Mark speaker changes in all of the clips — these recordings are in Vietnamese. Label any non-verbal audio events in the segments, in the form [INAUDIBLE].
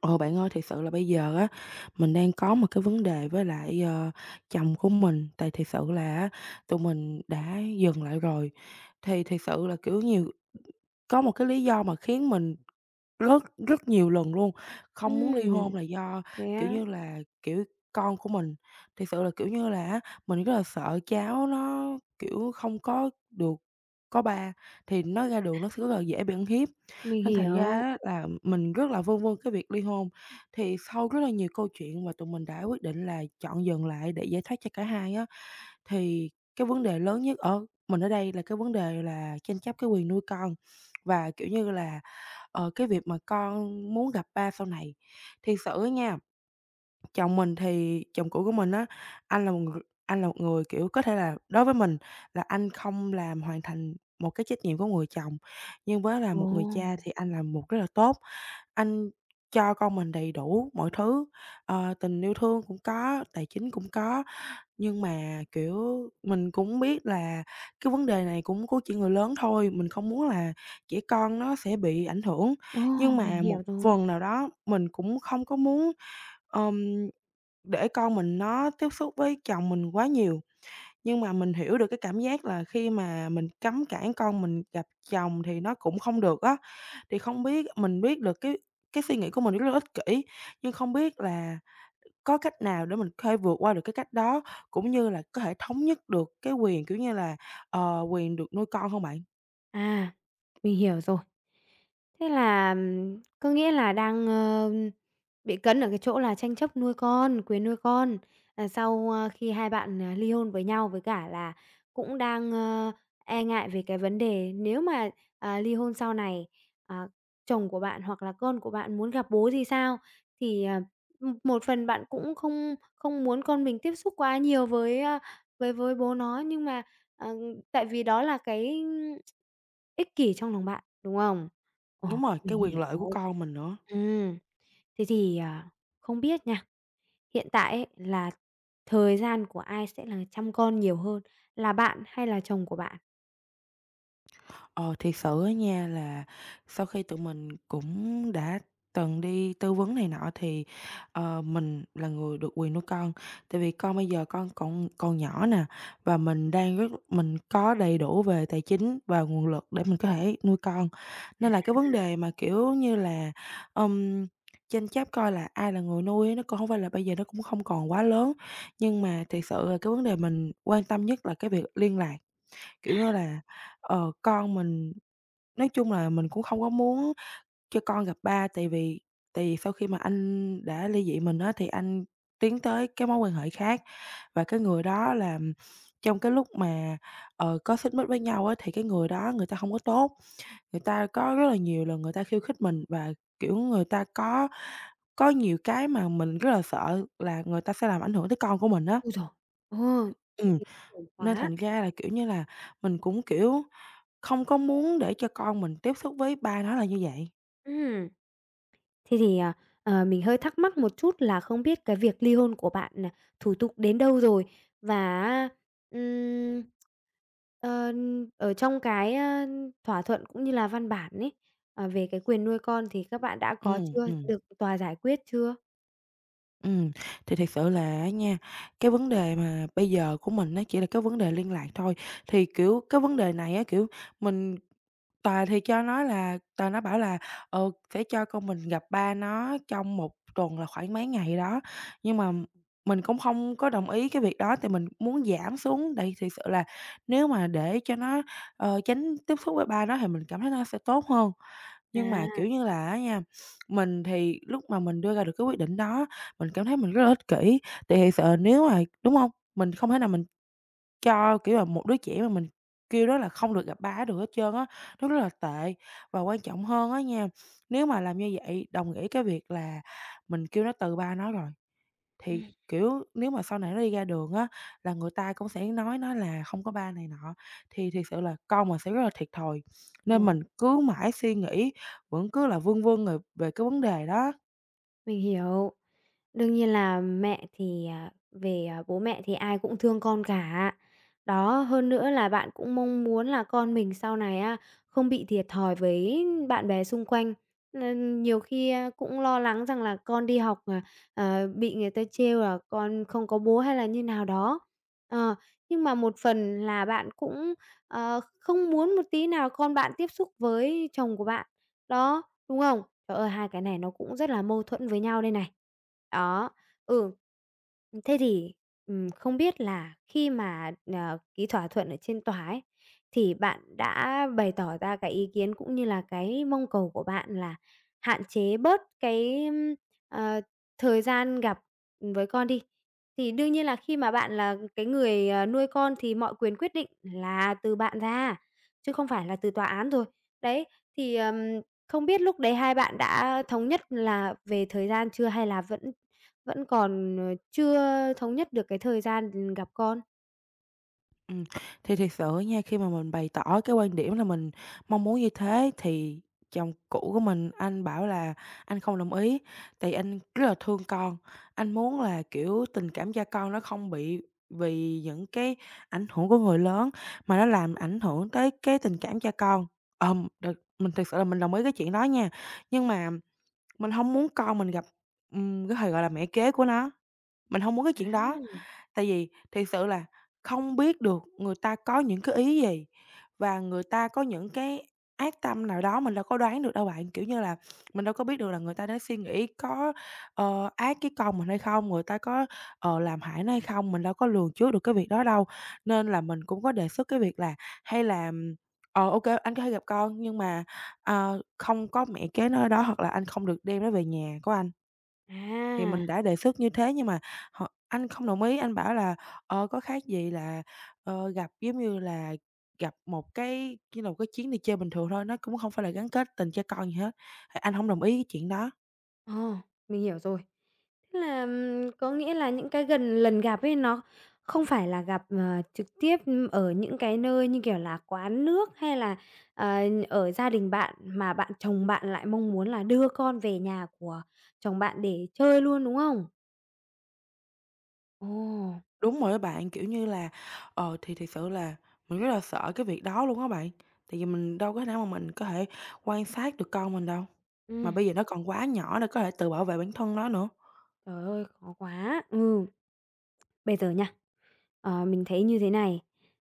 Speaker 1: Ờ, bạn ơi, thiệt sự là bây giờ á, mình đang có một cái vấn đề với lại, chồng của mình, tại thiệt sự là á, tụi mình đã dừng lại rồi. Thì thiệt sự là, kiểu, nhiều có một cái lý do mà khiến mình rất rất nhiều lần luôn, không muốn ly
Speaker 2: Ừm,
Speaker 1: hôn là do,
Speaker 2: thế
Speaker 1: kiểu
Speaker 2: á?
Speaker 1: như là, kiểu, con của mình. Thiệt sự là, kiểu như là á, mình rất là sợ cháu nó, kiểu, không có được có ba, thì nó ra đường nó sẽ rất là dễ bị ăn hiếp.
Speaker 2: Mình
Speaker 1: Nên thành ra
Speaker 2: hiểu.
Speaker 1: á là mình rất là vương vương cái việc ly hôn. Thì sau rất là nhiều câu chuyện và tụi mình đã quyết định là chọn dừng lại để giải thoát cho cả hai á, thì cái vấn đề lớn nhất ở mình ở đây là cái vấn đề là tranh chấp cái quyền nuôi con. Và, kiểu như là, cái việc mà con muốn gặp ba sau này. Thiệt sự á nha. Chồng mình thì chồng cũ của mình á, anh là một người, kiểu, có thể là đối với mình là anh không làm hoàn thành một cái trách nhiệm của người chồng, nhưng với là
Speaker 2: Ồ,
Speaker 1: một người cha thì anh làm một rất là tốt. Anh cho con mình đầy đủ mọi thứ, tình yêu thương cũng có, tài chính cũng có, nhưng mà, kiểu, mình cũng biết là cái vấn đề này cũng của chỉ người lớn thôi, mình không muốn là trẻ con nó sẽ bị ảnh hưởng.
Speaker 2: ồ,
Speaker 1: Nhưng
Speaker 2: mình
Speaker 1: mà một
Speaker 2: hiểu rồi.
Speaker 1: phần nào đó mình cũng không có muốn, ờm để con mình nó tiếp xúc với chồng mình quá nhiều, nhưng mà mình hiểu được cái cảm giác là khi mà mình cấm cản con mình gặp chồng thì nó cũng không được á. Thì không biết mình biết được cái suy nghĩ của mình rất là ích kỷ, nhưng không biết là có cách nào để mình khơi vượt qua được cái cách đó, cũng như là có thể thống nhất được cái quyền, kiểu như là, quyền được nuôi con không bạn?
Speaker 2: À, mình hiểu rồi. Thế là, có nghĩa là đang, bị cấn ở cái chỗ là tranh chấp nuôi con, quyền nuôi con. Sau, khi hai bạn, ly hôn với nhau, với cả là cũng đang, e ngại về cái vấn đề nếu mà, ly hôn sau này, à, chồng của bạn hoặc là con của bạn muốn gặp bố thì sao? Thì, một phần bạn cũng không không muốn con mình tiếp xúc quá nhiều với, với bố nó, nhưng mà, ờ, tại vì đó là cái ích kỷ trong lòng bạn, đúng không? Ờ,
Speaker 1: Đúng rồi,
Speaker 2: mình
Speaker 1: cái quyền lợi của
Speaker 2: hiểu.
Speaker 1: con mình nữa.
Speaker 2: Ừm, thế thì, không biết nha, hiện tại ấy là thời gian của ai sẽ là chăm con nhiều hơn, là bạn hay là chồng của bạn?
Speaker 1: Ờ, thiệt sự á nha là sau khi tụi mình cũng đã từng đi tư vấn này nọ thì, mình là người được quyền nuôi con. Tại vì con bây giờ con còn còn nhỏ nè, và mình đang rất mình có đầy đủ về tài chính và nguồn lực để mình có thể nuôi con. Nên là cái vấn đề mà, kiểu như là, ừm, tranh chấp coi là ai là người nuôi á, nó cũng không phải là bây giờ nó cũng không còn quá lớn. Nhưng mà thiệt sự là cái vấn đề mình quan tâm nhất là cái việc liên lạc, kiểu như là, con mình. Nói chung là mình cũng không có muốn cho con gặp ba, tại vì sau khi mà anh đã ly dị mình á, thì anh tiến tới cái mối quan hệ khác. Và cái người đó là trong cái lúc mà, có xích mích với nhau á, thì cái người đó người ta không có tốt, người ta có rất là nhiều lần người ta khiêu khích mình và, kiểu, người ta có nhiều cái mà mình rất là sợ là người ta sẽ làm ảnh hưởng tới con của mình á.
Speaker 2: Ôi giời! Ờ, thế
Speaker 1: Ừm,
Speaker 2: thì ổn
Speaker 1: nên
Speaker 2: quá.
Speaker 1: thành ra là, kiểu như là, mình cũng, kiểu, không có muốn để cho con mình tiếp xúc với ba nó là như vậy.
Speaker 2: Ừm. Thế thì, mình hơi thắc mắc một chút là không biết cái việc ly hôn của bạn nè, thủ tục đến đâu rồi? Và ừm, ờ, ở trong cái, thỏa thuận cũng như là văn bản ấy, về cái quyền nuôi con thì các bạn đã
Speaker 1: Ừ,
Speaker 2: có chưa?
Speaker 1: ừ.
Speaker 2: Được tòa giải quyết chưa?
Speaker 1: Ừm, thì thiệt sự là á nha, cái vấn đề mà bây giờ của mình nó chỉ là cái vấn đề liên lạc thôi. Thì, kiểu, cái vấn đề này á, kiểu, mình Tòa thì cho nó là Tòa nó bảo là, sẽ cho con mình gặp ba nó trong một tuần là khoảng mấy ngày đó, nhưng mà mình cũng không có đồng ý cái việc đó, tại mình muốn giảm xuống. Tại thiệt sự là nếu mà để cho nó, tránh tiếp xúc với ba nó thì mình cảm thấy nó sẽ tốt hơn.
Speaker 2: À,
Speaker 1: Nhưng mà, kiểu như là á nha, mình thì lúc mà mình đưa ra được cái quyết định đó mình cảm thấy mình rất là ích kỷ, tại thiệt sự nếu mà đúng hông? Mình không thể nào mình cho, kiểu là, một đứa trẻ mà mình kêu nó là không được gặp ba á được hết trơn á, nó rất là tệ. Và quan trọng hơn á nha, nếu mà làm như vậy đồng nghĩa cái việc là mình kêu nó từ ba nó rồi, thì,
Speaker 2: ừm,
Speaker 1: kiểu, nếu mà sau này nó đi ra đường á, là người ta cũng sẽ nói nó là không có ba này nọ, thì thiệt sự là con mình sẽ rất là thiệt thòi. Nên
Speaker 2: rồi.
Speaker 1: mình cứ mãi suy nghĩ, vẫn cứ là vương vương về về cái vấn đề đó.
Speaker 2: Mình hiểu. Đương nhiên là mẹ thì, bố mẹ thì ai cũng thương con cả. Đó, hơn nữa là bạn cũng mong muốn là con mình sau này á, không bị thiệt thòi với bạn bè xung quanh. Nên nhiều khi, cũng lo lắng rằng là con đi học, bị người ta trêu là con không có bố hay là như nào đó. Ờ, nhưng mà một phần là bạn cũng, không muốn một tí nào con bạn tiếp xúc với chồng của bạn. Đó, đúng không? Trời ơi, hai cái này nó cũng rất là mâu thuẫn với nhau đây này. Đó, ừ. Thế thì, không biết là khi mà, ký thỏa thuận ở trên tòa ấy, thì bạn đã bày tỏ ra cái ý kiến cũng như là cái mong cầu của bạn là hạn chế bớt cái, ờ, thời gian gặp, với con đi. Thì đương nhiên là khi mà bạn là cái người, nuôi con thì mọi quyền quyết định là từ bạn ra, chứ không phải là từ tòa án rồi. Đấy, thì, không biết lúc đấy hai bạn đã thống nhất là về thời gian chưa hay là vẫn vẫn còn, chưa thống nhất được cái thời gian, gặp con?
Speaker 1: Ừm, thì thiệt sự nha, khi mà mình bày tỏ cái quan điểm là mình mong muốn như thế thì chồng cũ của mình anh bảo là anh không đồng ý, tại anh rất là thương con, anh muốn là, kiểu, tình cảm cha con nó không bị vì những cái ảnh hưởng của người lớn mà nó làm ảnh hưởng tới cái tình cảm cha con. Được mình thực sự là mình đồng ý cái chuyện đó nha, nhưng mà mình không muốn con mình gặp, cái, gọi là, mẹ kế của nó, mình không muốn cái chuyện đó.
Speaker 2: À,
Speaker 1: Tại vì thiệt sự là không biết được người ta có những cái ý gì và người ta có những cái ác tâm nào đó mình đâu có đoán được đâu bạn. Kiểu như là, mình đâu có biết được là người ta đã suy nghĩ có, ác cái con mình hay không, người ta có, làm hại nó hay không, mình đâu có lường trước được cái việc đó đâu. Nên là mình cũng có đề xuất cái việc là hay là, anh có thể gặp con nhưng mà, không có mẹ kế nó ở đó hoặc là anh không được đem nó về nhà của anh. Thì
Speaker 2: à,
Speaker 1: mình đã đề xuất như thế nhưng mà anh không đồng ý, anh bảo là "Có khác gì là, gặp, giống như là, gặp một cái như là một cái chuyến đi chơi bình thường thôi, nó cũng không phải là gắn kết tình cha con gì hết." Thì anh không đồng ý cái chuyện đó.
Speaker 2: ờ, mình hiểu rồi. Thế là, có nghĩa là những cái lần gặp ấy nó không phải là gặp, trực tiếp, ở những cái nơi như kiểu là quán nước hay là, ờ, ở gia đình bạn, mà chồng bạn lại mong muốn là đưa con về nhà của chồng bạn để chơi luôn, đúng không? Ồ,
Speaker 1: Đúng rồi á bạn, kiểu như là, thì thiệt sự là mình rất là sợ cái việc đó luôn á bạn, tại vì mình có thể quan sát được con mình đâu, mà
Speaker 2: ừm.
Speaker 1: bây giờ nó còn quá nhỏ để có thể tự bảo vệ bản thân nó nữa.
Speaker 2: Trời ơi, khó quá! Ừ, bây giờ nha, mình thấy như thế này,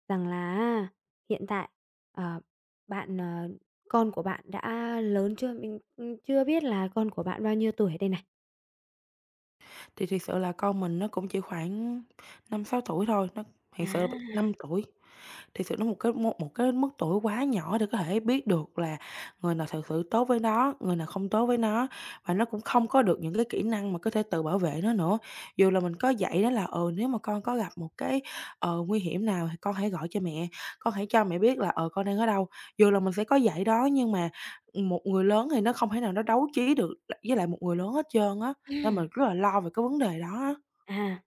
Speaker 2: rằng là hiện tại, ờ, bạn, con của bạn đã lớn chưa? Mình, chưa biết là con của bạn bao nhiêu tuổi đây này?
Speaker 1: Thì thiệt sự là con mình nó cũng chỉ khoảng 5-6 tuổi thôi, nó thiệt
Speaker 2: À.
Speaker 1: sự là tuổi thì sự nó một cái mức tuổi quá nhỏ để có thể biết được là người nào thực sự tốt với nó, người nào không tốt với nó, và nó cũng không có được những cái kỹ năng mà có thể tự bảo vệ nó nữa. Dù là mình có dạy đó là, nếu mà con có gặp một cái, nguy hiểm nào thì con hãy gọi cho mẹ, con hãy cho mẹ biết là, con đang ở đâu. Dù là mình sẽ có dạy đó nhưng mà, một người lớn thì nó không thể nào nó đấu trí được với lại một người lớn hết trơn á, nên mình rất là
Speaker 2: [CLEARS THROAT]
Speaker 1: lo về cái vấn đề đó á.
Speaker 2: À.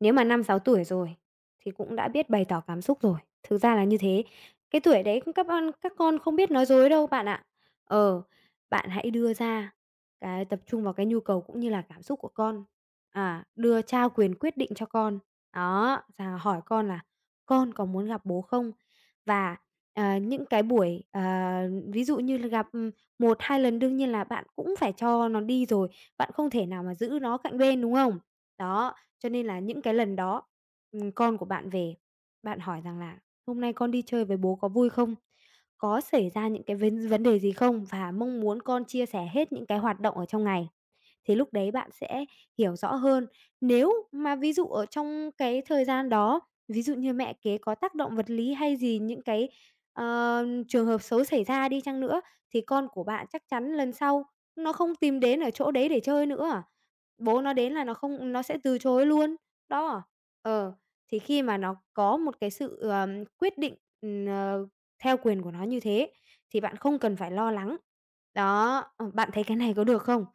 Speaker 2: Nếu mà 5 6 tuổi rồi thì cũng đã biết bày tỏ cảm xúc rồi, thực ra là như thế. Cái tuổi đấy các con không biết nói dối đâu bạn ạ. Ờ, bạn hãy đưa ra cái tập trung vào cái nhu cầu cũng như là cảm xúc của con, đưa trao quyền quyết định cho con. Đó, và hỏi con là "Con có muốn gặp bố không?" Và, những cái buổi, ví dụ như là gặp, 1, 2 lần đương nhiên là bạn cũng phải cho nó đi rồi, bạn không thể nào mà giữ nó cạnh bên, đúng không? Đó. Cho nên là những cái lần đó, con của bạn về, bạn hỏi rằng là "Hôm nay con đi chơi với bố có vui không? Có xảy ra những cái vấn vấn đề gì không?" Và mong muốn con chia sẻ hết những cái hoạt động ở trong ngày. Thì lúc đấy bạn sẽ hiểu rõ hơn. Nếu mà ví dụ ở trong cái thời gian đó, ví dụ như mẹ kế có tác động vật lý hay gì, những cái, trường hợp xấu xảy ra đi chăng nữa, thì con của bạn chắc chắn lần sau nó không tìm đến ở chỗ đấy để chơi nữa à. Bố nó đến là nó không nó sẽ từ chối luôn. Đó. Ờ, thì khi mà nó có một cái sự, quyết định, ừm, ờ, theo quyền của nó như thế, thì bạn không cần phải lo lắng. Đó, bạn thấy cái này có được không?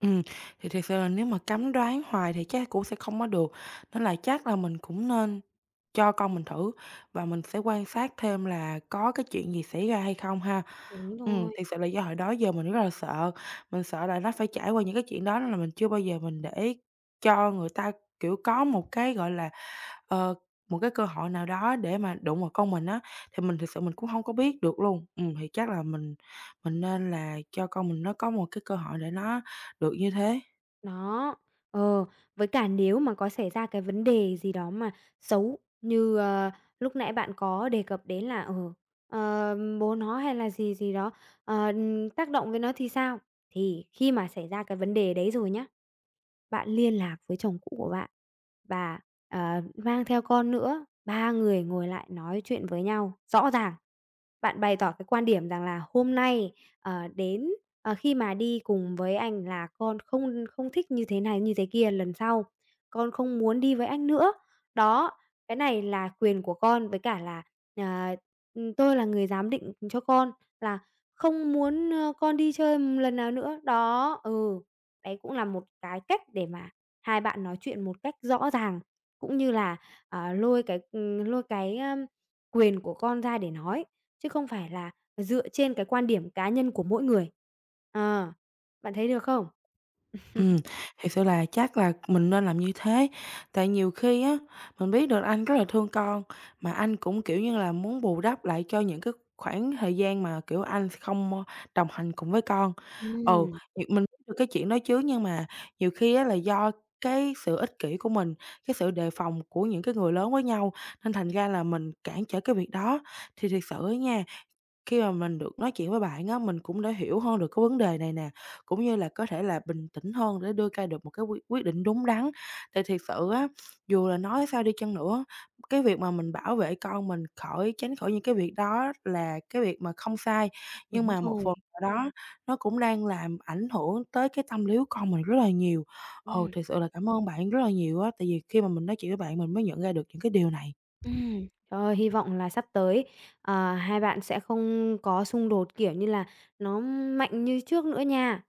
Speaker 1: Ừm, thì thiệt sự là nếu mà cấm đoán hoài thì chắc cũng sẽ không có được, nên là chắc là mình cũng nên cho con mình thử và mình sẽ quan sát thêm là có cái chuyện gì xảy ra hay không ha.
Speaker 2: Đúng
Speaker 1: Ừm,
Speaker 2: rồi,
Speaker 1: thiệt sự là do hồi đó giờ mình rất là sợ, mình sợ là nó phải trải qua những cái chuyện đó nên là mình chưa bao giờ mình để cho người ta, kiểu, có một cái, gọi là ờ, một cái cơ hội nào đó để mà đụng vào con mình á, thì mình thực sự mình cũng không có biết được luôn. Thì chắc là mình nên là cho con mình nó có một cái cơ hội để nó được như thế.
Speaker 2: đó. Ờ, với cả nếu mà có xảy ra cái vấn đề gì đó mà xấu như, lúc nãy bạn có đề cập đến là, bố nó hay là gì gì đó, tác động với nó thì sao? Thì khi mà xảy ra cái vấn đề đấy rồi nhá, bạn liên lạc với chồng cũ của bạn và, mang theo con nữa, ba người ngồi lại nói chuyện với nhau rõ ràng. Bạn bày tỏ cái quan điểm rằng là hôm nay, đến khi mà đi cùng với anh là con không không thích như thế này, như thế kia lần sau, con không muốn đi với anh nữa. Đó, cái này là quyền của con với cả là, ờ, tôi là người giám định cho con là không muốn, con đi chơi một lần nào nữa. Đó, ừ, đấy cũng là một cái cách để mà hai bạn nói chuyện một cách rõ ràng, cũng như là, lôi cái, quyền của con ra để nói, chứ không phải là dựa trên cái quan điểm cá nhân của mỗi người. Ờ, bạn thấy được không?
Speaker 1: Ừm,
Speaker 2: [LAUGHS]
Speaker 1: thật sự là chắc là mình nên làm như thế, tại nhiều khi á, mình biết được anh rất là thương con, mà anh cũng, kiểu như là, muốn bù đắp lại cho những cái khoảng thời gian mà, kiểu, anh không, đồng hành cùng với con. Ừ,
Speaker 2: Ừm,
Speaker 1: việc mình biết được cái chuyện đó chứ, nhưng mà nhiều khi á là do cái sự ích kỷ của mình, cái sự đề phòng của những cái người lớn với nhau, nên thành ra là mình cản trở cái việc đó. Thì thật sự á nha, khi mà mình được nói chuyện với bạn á, mình cũng đã hiểu hơn được cái vấn đề này nè, cũng như là có thể là bình tĩnh hơn để đưa ra được một cái quyết quyết định đúng đắn. Thì thiệt sự á, dù là nói sao đi chăng nữa, cái việc mà mình bảo vệ con mình khỏi tránh khỏi những cái việc đó là cái việc mà không sai, nhưng
Speaker 2: đúng
Speaker 1: mà một
Speaker 2: rồi.
Speaker 1: phần nào đó nó cũng đang làm ảnh hưởng tới cái tâm lý của con mình rất là nhiều. Ồ,
Speaker 2: Ừm,
Speaker 1: thật sự là cảm ơn bạn rất là nhiều á, tại vì khi mà mình nói chuyện với bạn mình mới nhận ra được những cái điều này.
Speaker 2: Trời ơi, hy vọng là sắp tới, hai bạn sẽ không có xung đột, kiểu như là, nó mạnh như trước nữa nha.